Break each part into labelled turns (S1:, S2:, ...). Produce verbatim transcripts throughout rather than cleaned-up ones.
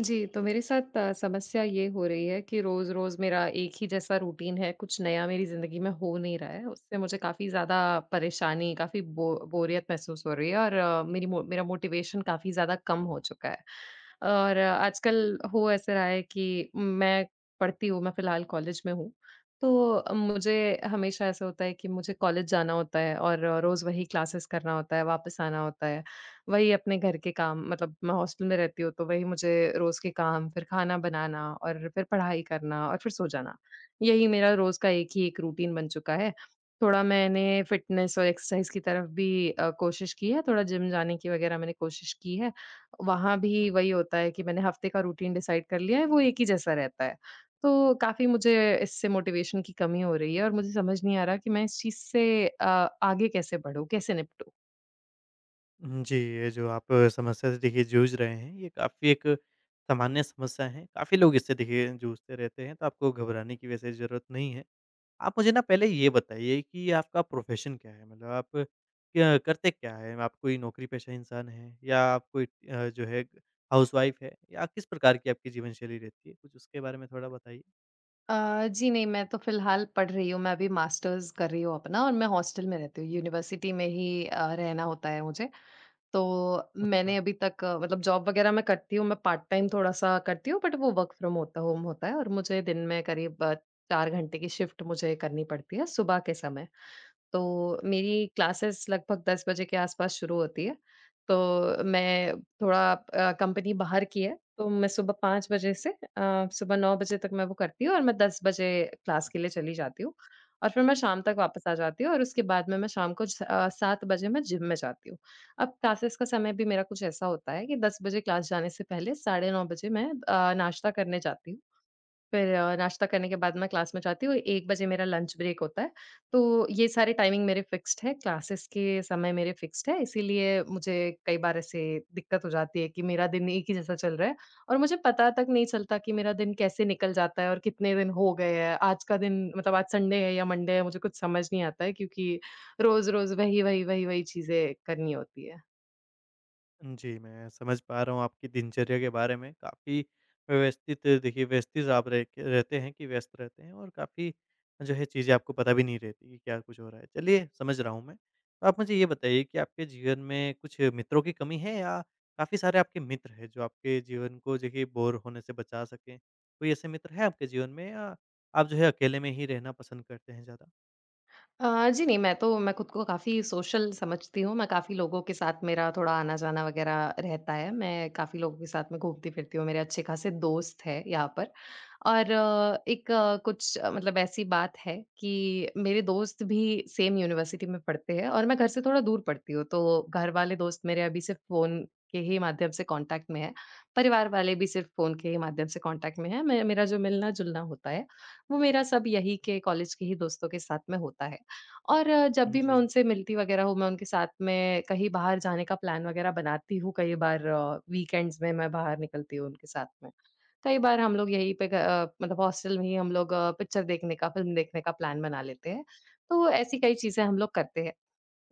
S1: जी, तो मेरे साथ अ, समस्या ये हो रही है कि रोज़-रोज़ मेरा एक ही जैसा रूटीन है, कुछ नया मेरी ज़िंदगी में हो नहीं रहा है। उससे मुझे काफ़ी ज़्यादा परेशानी, काफ़ी बो बोरियत महसूस हो रही है और अ, मेरी मो मेरा मोटिवेशन काफ़ी ज़्यादा कम हो चुका है। और अ, आजकल हो ऐसे रहा है कि मैं पढ़ती हूँ, मैं फ़िलहाल कॉलेज में हूँ, तो अ, मुझे हमेशा ऐसा होता है कि मुझे कॉलेज जाना होता है और रोज़ वही क्लासेस करना होता है, वापस आना होता है। वही अपने घर के काम मतलब मैं हॉस्टल में रहती हूँ तो वही मुझे रोज़ के काम, फिर खाना बनाना और फिर पढ़ाई करना और फिर सो जाना। यही मेरा रोज़ का एक ही एक रूटीन बन चुका है। थोड़ा मैंने फ़िटनेस और एक्सरसाइज़ की तरफ भी अ, कोशिश की है, थोड़ा जिम जाने की वग़ैरह मैंने कोशिश की है। वहाँ भी वही होता है कि मैंने हफ़्ते का रूटीन डिसाइड कर लिया है, वो एक ही जैसा रहता है। तो काफ़ी मुझे इससे मोटिवेशन की कमी हो रही है और मुझे समझ नहीं आ रहा कि मैं इस चीज़ से अ, आगे कैसे बढ़ूँ, कैसे निपटूँ?
S2: हुँ, जी, ये जो आप समस्या से देखिए जूझ रहे हैं, ये काफ़ी एक सामान्य समस्या है। काफ़ी लोग इससे देखिए जूझते रहते हैं, तो आपको घबराने की वैसे ज़रूरत नहीं है। आप मुझे ना पहले ये बताइए कि आपका प्रोफ़ेशन क्या है? मतलब आप क्या करते क्या हैं? आप कोई नौकरी-पेशा इंसान हैं या आप कोई अ, जो है हाउसवाइफ़ हैं या किस प्रकार की आपकी जीवन शैली रहती है? कुछ उसके बारे में थोड़ा बताइए।
S1: अ, जी नहीं, मैं तो फ़िलहाल पढ़ रही हूँ, मैं अभी मास्टर्स कर रही हूँ अपना और मैं हॉस्टल में रहती हूँ, यूनिवर्सिटी में ही अ, रहना होता है मुझे। तो मैंने
S2: अच्छा।
S1: अभी तक अ, मतलब जॉब वग़ैरह मैं करती हूँ, मैं पार्ट टाइम थोड़ा-सा करती हूँ बट वो वर्क फ्रॉम होता होम होता है और मुझे दिन में करीब चार घंटे की शिफ्ट मुझे करनी पड़ती है सुबह के समय। तो मेरी क्लासेस लगभग दस बजे के आसपास शुरू होती है। तो मैं थोड़ा अ, कंपनी बाहर की है, तो मैं सुबह पाँच बजे से अ, सुबह नौ बजे तक मैं वो करती हूँ और मैं दस बजे क्लास के लिए चली जाती हूँ और फिर मैं शाम तक वापस आ जाती हूँ और उसके बाद में मैं शाम को स अ, सात बजे मैं जिम में जाती हूँ। अब क्लासेस का समय भी मेरा कुछ ऐसा होता है कि दस बजे क्लास जाने से पहले साढ़े नौ बजे मैं अ, नाश्ता करने जाती हूँ। फिर अ, नाश्ता करने के बाद मैं क्लास में जाती हूँ, एक बजे मेरा लंच ब्रेक होता है। तो ये सारे टाइमिंग मेरे फ़िक्स्ड है, क्लासेस के समय मेरे फ़िक्स्ड है, इसीलिए मुझे कई बार ऐसे दिक्कत हो जाती है कि मेरा दिन एक ही जैसा चल रहा है और मुझे पता तक नहीं चलता कि मेरा दिन कैसे निकल जाता है और कितने दिन हो गए हैं। आज का दिन मतलब आज संडे है या मंडे है, मुझे कुछ समझ नहीं आता है क्योंकि रोज़-रोज़ वही, वही, वही, वही चीज़ें करनी होती है।
S2: जी, मैं समझ पा रहा हूँ आपकी दिनचर्या के बारे में। काफ़ी व्यवस्थित देखिए, व्यवस्थित आप रह के रहते हैं कि व्यस्त रहते हैं, और काफ़ी जो है चीज़ें आपको पता भी नहीं रहती कि क्या कुछ हो रहा है। चलिए, समझ रहा हूँ मैं। तो आप मुझे ये बताइए कि आपके जीवन में कुछ मित्रों की कमी है या काफ़ी सारे आपके मित्र हैं जो आपके जीवन को देखिए बोर होने से बचा सकें? कोई ऐसे मित्र हैं आपके जीवन में या आप जो है अकेले में ही रहना पसंद करते हैं ज़्यादा?
S1: अ, जी नहीं, मैं तो मैं खुद को काफ़ी सोशल समझती हूँ, मैं काफ़ी लोगों के साथ मेरा थोड़ा आना-जाना वग़ैरह रहता है, मैं काफ़ी लोगों के साथ में घूमती-फिरती हूँ, मेरे अच्छे खासे दोस्त हैं यहाँ पर। और अ, एक अ, कुछ अ, मतलब ऐसी बात है कि मेरे दोस्त भी सेम यूनिवर्सिटी में पढ़ते हैं और मैं घर से थोड़ा दूर पढ़ती हूँ, तो घर वाले दोस्त मेरे अभी सिर्फ़ फ़ोन के ही माध्यम से कॉन्टैक्ट में हैं, परिवार वाले भी सिर्फ़ फ़ोन के ही माध्यम से कॉन्टैक्ट में हैं, मैं मेरा जो मिलना-जुलना होता है, वो मेरा सब यहीं के कॉलेज के ही दोस्तों के साथ में होता है। और अ, जब भी मैं
S2: जी।
S1: उनसे मिलती वगैरह हूँ, मैं उनके साथ में कहीं बाहर जाने का प्लान वगैरह बनाती हूँ, कई बार वीकेंड्स में मैं बाहर निकलती हूँ उनके साथ में। कई बार हम लोग यहीं पे ग अ, मतलब हॉस्टल में ही हम लोग पिक्चर देखने का, फ़िल्म देखने का प्लान बना लेते हैं। तो ऐसी कई चीज़ें हम लोग करते हैं।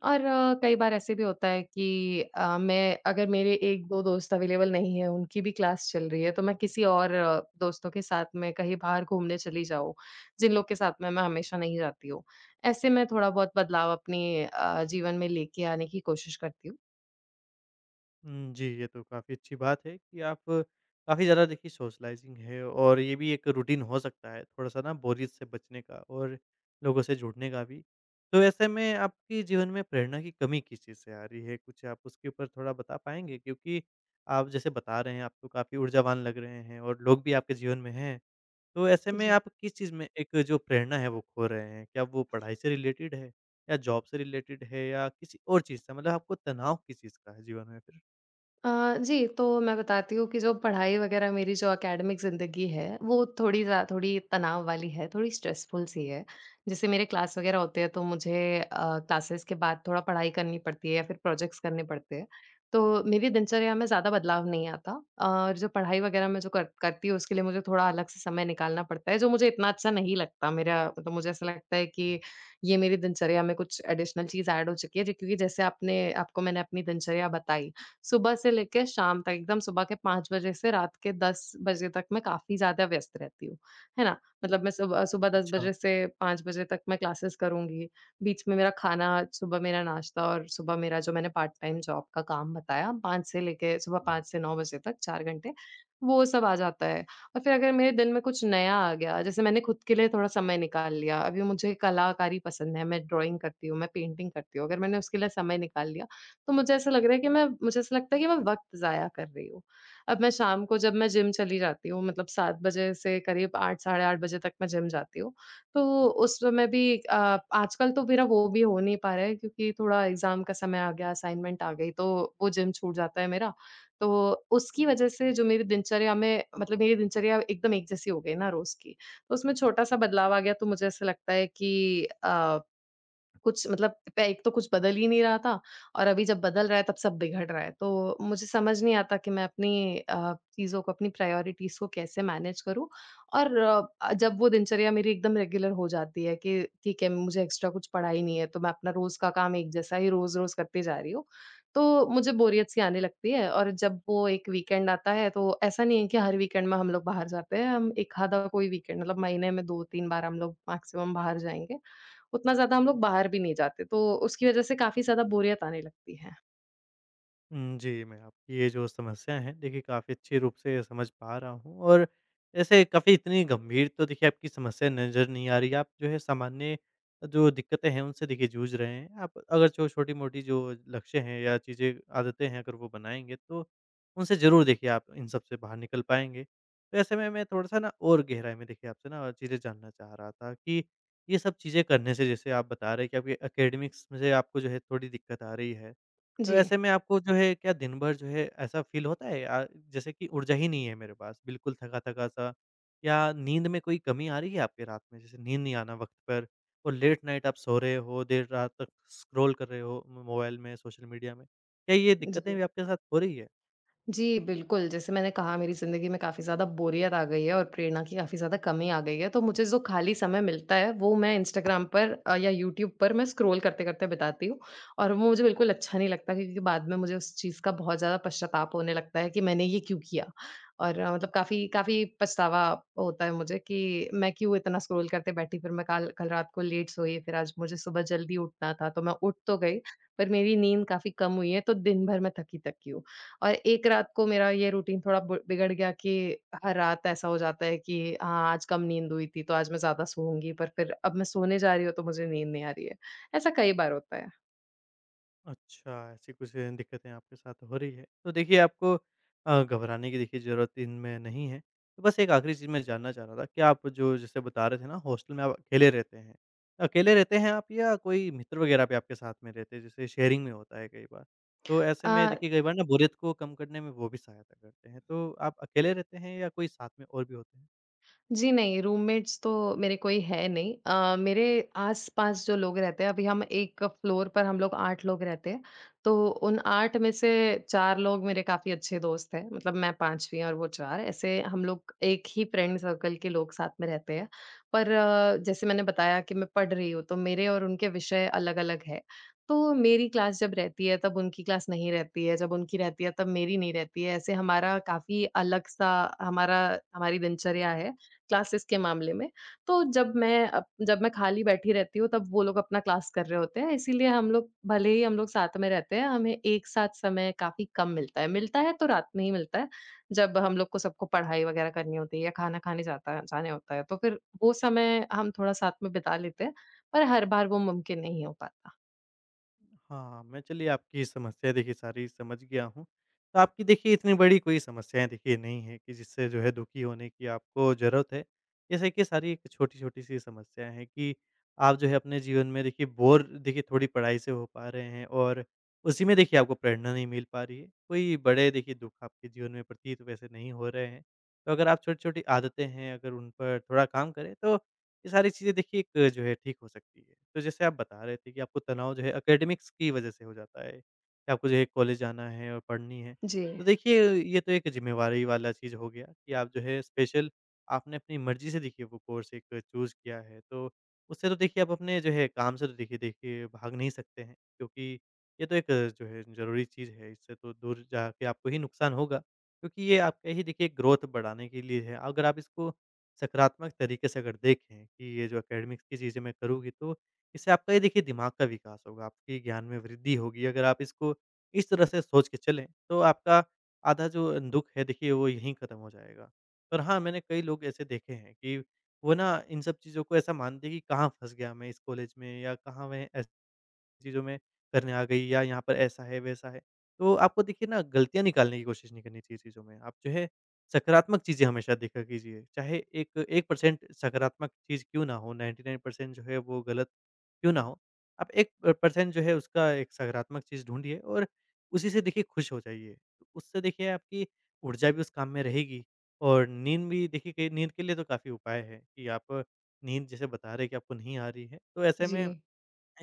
S1: और अ, कई बार ऐसे भी होता है कि अ, मैं अगर मेरे एक दो दोस्त अवेलेबल नहीं है, उनकी भी क्लास चल रही है, तो मैं किसी और अ, दोस्तों के साथ में कहीं बाहर घूमने चली जाऊँ, जिन लोग के साथ में मैं हमेशा नहीं जाती हूँ। ऐसे मैं थोड़ा-बहुत बदलाव अपने अ, जीवन में लेके आने की कोशिश करती हूँ।
S2: हुँ, जी, ये तो काफ़ी अच्छी बात है कि आप काफ़ी ज़्यादा देखिए सोशलाइज़िंग है, और ये भी एक रूटीन हो सकता है, थोड़ा-सा ना बोरियत से बचने का और लोगों से जुड़ने का भी। तो ऐसे में आपके जीवन में प्रेरणा की कमी किस चीज़ से आ रही है? कुछ आप उसके ऊपर थोड़ा बता पाएँगे? क्योंकि आप जैसे बता रहे हैं, आप तो काफ़ी ऊर्जावान लग रहे हैं और लोग भी आपके जीवन में हैं। तो ऐसे में
S1: जी।
S2: आप किस चीज़ में एक जो प्रेरणा है, वो खो रहे हैं? क्या वो पढ़ाई से रिलेटेड है या जॉब से रिलेटेड है या किसी और चीज़ से? मतलब आपको तनाव किस चीज़ का है जीवन में फिर?
S1: अ, जी, तो मैं बताती हूँ कि जो पढ़ाई वगैरह मेरी जो एकेडमिक ज़िंदगी है, वो थोड़ी ज़्या थोड़ी तनाव वाली है, थोड़ी स्ट्रेसफुल सी है। जैसे मेरे क्लास वगैरह होते हैं तो मुझे अ, क्लासेस के बाद थोड़ा पढ़ाई करनी पड़ती है या फिर प्रोजेक्ट्स करने पड़ते हैं। तो मेरी दिनचर्या में ज़्यादा बदलाव नहीं आता और जो पढ़ाई वगैरह मैं जो कर करती हूँ उसके लिए मुझे थोड़ा अलग से समय निकालना पड़ता है, जो मुझे इतना अच्छा नहीं लगता। मेरा मतलब मुझे ऐसा लगता है कि ये मेरी दिनचर्या में कुछ एडिशनल चीज़ ऐड हो चुकी है, जो क्योंकि जैसे आपने आपको मैंने अपनी दिनचर्या बताई सुबह से लेके शाम तक एकदम सुबह के पाँच बजे से रात के दस बजे तक मैं काफ़ी ज़्यादा व्यस्त रहती हूँ, है ना? मतलब मैं सुबह सुबह दस
S2: अच्छा।
S1: बजे से पाँच बजे तक मैं क्लासेस करूँगी, बीच में मेरा खाना, सुबह मेरा नाश्ता और सुबह मेरा जो मैंने पार्ट टाइम जॉब का काम बताया पाँच से लेके सुबह पाँच से नौ बजे तक चार घंटे, वो सब आ जाता है। और फिर अगर मेरे दिन में कुछ नया आ गया, जैसे मैंने खुद के लिए थोड़ा समय निकाल लिया, अभी मुझे कलाकारी पसंद है, मैं ड्राइंग करती हूँ, मैं पेंटिंग करती हूँ, अगर मैंने उसके लिए समय निकाल लिया तो मुझे ऐसा लग रहा है कि मैं मुझे ऐसा लगता है कि मैं वक़्त ज़ाया कर रही हूँ। अब मैं शाम को जब मैं जिम चली जाती हूँ मतलब सात बजे से करीब आठ साढ़े आठ बजे तक मैं जिम जाती हूँ। तो उस समय भी अ, आजकल तो मेरा वो भी हो नहीं पा रहा है क्योंकि थोड़ा एग्ज़ाम का समय आ गया, असाइनमेंट आ गई, तो वो जिम छूट जाता है मेरा। तो उसकी वज़ह से जो मेरी दिनचर्या में मतलब मेरी दिनचर्या एकदम एक जैसी हो गई ना रोज़ की। तो उसमें छोटा-सा बदलाव आ गया तो मुझे ऐसा लगता है कि अ कुछ मतलब प एक तो कुछ बदल ही नहीं रहा था और अभी जब बदल रहा है तब सब बिगड़ रहा है। तो मुझे समझ नहीं आता कि मैं अपनी अ, चीज़ों को अपनी प्रायोरिटीज़ को कैसे मैनेज करूँ? और अ, जब वो दिनचर्या मेरी एकदम रेगुलर हो जाती है कि ठीक है, मुझे एक्स्ट्रा कुछ पड़ा ही नहीं है, तो मैं अपना रोज़ का काम एक जैसा ही रोज़-रोज़ करती जा रही हूँ। तो मुझे बोरियत सी आने लगती है और जब वो एक वीकेंड आता है तो ऐसा नहीं है कि हर वीकेंड में हम लोग बाहर जाते हैं, हम एक आधा कोई वीकेंड मतलब महीने में दो तीन बार हम लोग मैक्सिमम बाहर जाएँगे। उतना ज़्यादा हम लोग बाहर भी नहीं जाते, तो उसकी वज़ह से काफ़ी ज़्यादा बोरियत आने लगती है।
S2: उम, जी, मैं आपकी ये जो समस्या है देखिए काफ़ी अच्छे रूप से समझ पा रहा हूँ, और ऐसे काफ़ी इतनी गंभीर तो देखिए आपकी समस्या नज़र नहीं आ रही। आप जो है सामान्य जो दिक्कतें हैं उनसे देखिए जूझ रहे हैं। आप अगर जो छोटी-मोटी जो लक्ष्य हैं या चीज़ें आदतें हैं, अगर वो बनाएँगे, तो उनसे ज़रूर देखिए आप इन सब से बाहर निकल पाएँगे। तो ऐसे में मैं थोड़ा-सा ना और गहराई में देखिए आपसे ना चीज़ें जानना चाह रहा था कि ये सब चीज़ें करने से, जैसे आप बता रहे हैं कि आपके एकेडमिक्स में से आपको जो है थोड़ी दिक्कत आ रही है। तो
S1: जी।
S2: ऐसे में आपको जो है क्या दिन भर जो है ऐसा फ़ील होता है अ, जैसे कि ऊर्जा ही नहीं है मेरे पास, बिल्कुल थका-थका सा, या नींद में कोई कमी आ रही है आपके रात में? जैसे नींद नहीं आना वक़्त पर, और लेट नाइट आप सो रहे हो, देर रात तक स्क्रॉल कर रहे हो मो मोबाइल में, सोशल मीडिया में। क्या ये दिक्कतें
S1: जी।
S2: भी आपके साथ हो रही है?
S1: जी, बिल्कुल, जैसे मैंने कहा मेरी ज़िंदगी में काफ़ी ज़्यादा बोरियत आ गई है और प्रेरणा की काफ़ी ज़्यादा कमी आ गई है, तो मुझे जो खाली समय मिलता है वो मैं इंस्टाग्राम पर अ, या यूट्यूब पर मैं स्क्रॉल करते-करते बिताती हूँ और वो मुझे बिल्कुल अच्छा नहीं लगता क्योंकि बाद में मुझे उस चीज़ का बहुत ज़्यादा पश्चाताप होने लगता है कि मैंने ये क्यों किया? और अ, मतलब काफ़ी काफ़ी पछतावा होता है मुझे कि मैं क्यों इतना स्क्रॉल करते बैठी, फिर मैं काल कल रात को लेट सोई, फिर आज मुझे सुबह जल्दी उठना था, तो मैं उठ तो गई, पर मेरी नींद काफ़ी कम हुई है, तो दिन भर मैं थकी-थकी हूँ। और एक रात को मेरा ये रूटीन थोड़ा ब बिगड़ गया कि हर रात ऐसा हो जाता है कि हाँ, आज कम नींद हुई थी, तो आज मैं ज़्यादा सोऊँगी, पर फिर अब मैं सोने जा रही हूँ, तो मुझे नींद नहीं आ रही है। ऐसा कई बार होता है।
S2: अच्छा, ऐसी कुछ दिक्कतें आपके साथ हो रही है। तो देखिए आपको अ, घबराने की देखिए ज़रूरत इनमें नहीं है। तो बस एक आखिरी चीज़ मैं जानना चाह रहा था कि आप जो जैसे बता रहे थे ना, हॉस्टल में आप अकेले रहते हैं। अकेले रहते हैं आप, या कोई मित्र वग़ैरह भी आपके साथ में रहते हैं जैसे शेयरिंग में होता है कई बार? तो ऐसे
S1: अ,
S2: में देखिए कई बार ना बोरियत को कम करने में वो भी सहायता करते हैं। तो आप अकेले रहते हैं या कोई साथ में और भी होते हैं?
S1: जी, नहीं, रूममेट्स तो मेरे कोई है नहीं। अ, मेरे आस-पास जो लोग रहते हैं, अभी हम एक फ्लोर पर हम लोग आठ लोग रहते हैं, तो उन आठ में से चार लोग मेरे काफ़ी अच्छे दोस्त हैं, मतलब मैं पाँचवीं और वो चार ऐसे हम लोग एक ही फ्रेंड सर्कल के लोग साथ में रहते हैं। पर अ, जैसे मैंने बताया कि मैं पढ़ रही हूँ, तो मेरे और उनके विषय अलग-अलग हैं। तो मेरी क्लास जब रहती है, तब उनकी क्लास नहीं रहती है, जब उनकी रहती है, तब मेरी नहीं रहती है, ऐसे हमारा काफ़ी अलग-सा हमारा हमारी दिनचर्या है। क्लासेस के मामले में। तो जब मैं अप जब मैं खाली बैठी रहती हूँ, तब वो लोग अपना क्लास कर रहे होते हैं, इसीलिए हम लोग भले ही हम लोग साथ में रहते हैं, हमें एक साथ समय काफ़ी कम मिलता है। मिलता है तो रात में ही मिलता है, जब हम लोग को सबको पढ़ाई वगैरह करनी होती है या खाना खाने जाता जाने होता है, तो फिर वो समय हम थोड़ा साथ में बिता लेते हैं, पर हर बार वो मुमकिन नहीं हो पाता।
S2: हाँ, मैं, चलिए आपकी समस्या देखिए सारी समझ गया हूँ। तो आपकी देखिए इतनी बड़ी कोई समस्याएँ देखिए नहीं है कि जिससे जो है दुखी होने की आपको ज़रूरत है। जैसे कि सारी एक छोटी-छोटी सी समस्या है कि आप जो है अपने जीवन में देखिए बोर देखिए थोड़ी पढ़ाई से हो पा रहे हैं, और उसी में देखिए आपको प्रेरणा नहीं मिल पा रही है। कोई बड़े देखिए दुःख आपके जीवन में प्रतीत वैसे नहीं हो रहे हैं। तो अगर आप छोटी-छोटी आदतें हैं, अगर उन पर थोड़ा काम करें, तो ये सारी चीज़ें देखिए एक जो है ठीक हो सकती है। तो जैसे आप बता रहे थे कि आपको तनाव जो है एकेडमिक्स की वज़ह से हो जाता है, कि आपको जो है कॉलेज जाना है और पढ़नी है।
S1: जी।
S2: तो देखिए ये तो एक ज़िम्मेवारी वाला चीज़ हो गया कि आप जो है स्पेशल, आपने अपनी मर्ज़ी से देखिए वो कोर्स एक चूज़ किया है। तो उससे तो देखिए आप अपने जो है काम से तो देखिए देखिए भाग नहीं सकते हैं, क्योंकि ये तो एक जो है ज़रूरी चीज़ है। इससे तो दूर जाके आपको ही नुकसान होगा, क्योंकि ये आपका ही देखिए ग्रोथ बढ़ाने के लिए है। अगर आप इसको सकारात्मक तरीके से अगर देखें कि ये जो एकेडमिक्स की चीज़ें मैं करूँगी, तो इससे आपका ये देखिए दिमाग का विकास होगा, आपके ज्ञान में वृद्धि होगी। अगर आप इसको इस तरह से सोच के चलें, तो आपका आधा जो दुःख है देखिए वो यहीं ख़त्म हो जाएगा। पर हाँ, मैंने कई लोग ऐसे देखे हैं कि वो ना इन सब चीज़ों को ऐसा मानते हैं कि कहाँ फँस गया मैं इस कॉलेज में, या कहाँ मैं ऐस चीज़ों में करने आ गई, या यहाँ पर ऐसा है, वैसा है। तो आपको देखिए ना गलतियाँ निकालने की कोशिश नहीं करनी चाहिए चीज़ों में। आप जो है सकारात्मक चीज़ें हमेशा देखा कीजिए। चाहे एक 1% सकारात्मक चीज़ क्यों ना हो, नाइन्टी नाइन परसेंट जो है वो गलत क्यों ना हो, आप वन परसेंट जो है उसका एक सकारात्मक चीज़ ढूँढिए, और उसी से देखिए खुश हो जाइए। तो उससे देखिए आपकी ऊर्जा भी उस काम में रहेगी, और नींद भी देखिए, कई नींद के लिए तो काफ़ी उपाय है कि आप नींद जैसे बता रहे हैं कि आपको नहीं आ रही है, तो ऐसे में
S1: जी,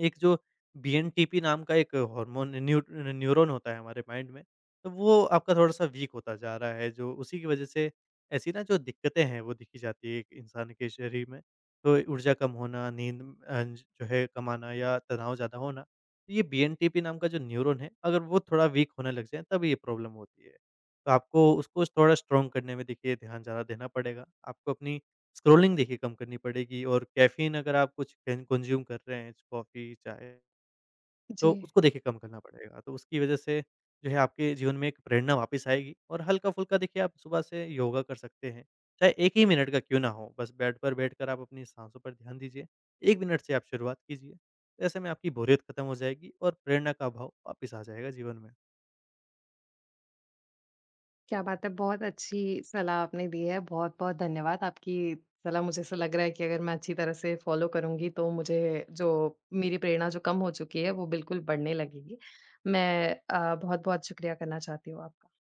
S2: एक जो बीएनटीपी नाम का एक हार्मोन न्यू न्यूरॉन होता है हमारे माइंड में, तो वो आपका थोड़ा-सा वीक होता जा रहा है, जो उसी की वजह से ऐसी ना जो दिक्कतें हैं, वो दिखी जाती है एक इंसान के शरीर में। तो ऊर्जा कम होना, नींद अ, जो है कम आना, या तनाव ज़्यादा होना, तो ये बीएनटीपी नाम का जो न्यूरॉन है, अगर वो थोड़ा वीक होने लग जाए, तब ये प्रॉब्लम होती है। तो आपको उसको थोड़ा स्ट्रॉन्ग करने में देखिए ध्यान ज़्यादा देना पड़ेगा। आपको अपनी स्क्रॉलिंग देखिए कम करनी पड़ेगी, और कैफ़ीन अगर आप कुछ कन कंज़्यूम कर रहे हैं, कॉफ़ी, चाय,
S1: जी।
S2: तो उसको देखिए कम करना पड़ेगा। तो उसकी वज़ह से जो है आपके जीवन में एक प्रेरणा वापस आएगी, और हल्का-फुल्का देखिए आप सुबह से योगा कर सकते हैं। चाहे एक ही मिनट का क्यों ना हो, बस बेड पर बैठकर आप अपनी साँसों पर ध्यान दीजिए। एक मिनट से आप शुरुआत कीजिए। ऐसे में आपकी बोरियत खत्म हो जाएगी, और प्रेरणा का अभाव वापस आ जाएगा जीवन में।
S1: क्या बात है! बहुत अच्छी सलाह आपने दी है, बहुत-बहुत धन्यवाद। आपकी सलाह मुझे ऐसा लग रहा है कि अगर मैं अच्छी तरह से फ़ॉलो करूँगी तो मुझे जो मेरी प्रेरणा जो कम हो चुकी है, वो बिल्कुल बढ़ने लगेगी। मैं अ, बहुत-बहुत शुक्रिया करना चाहती हूँ आपका।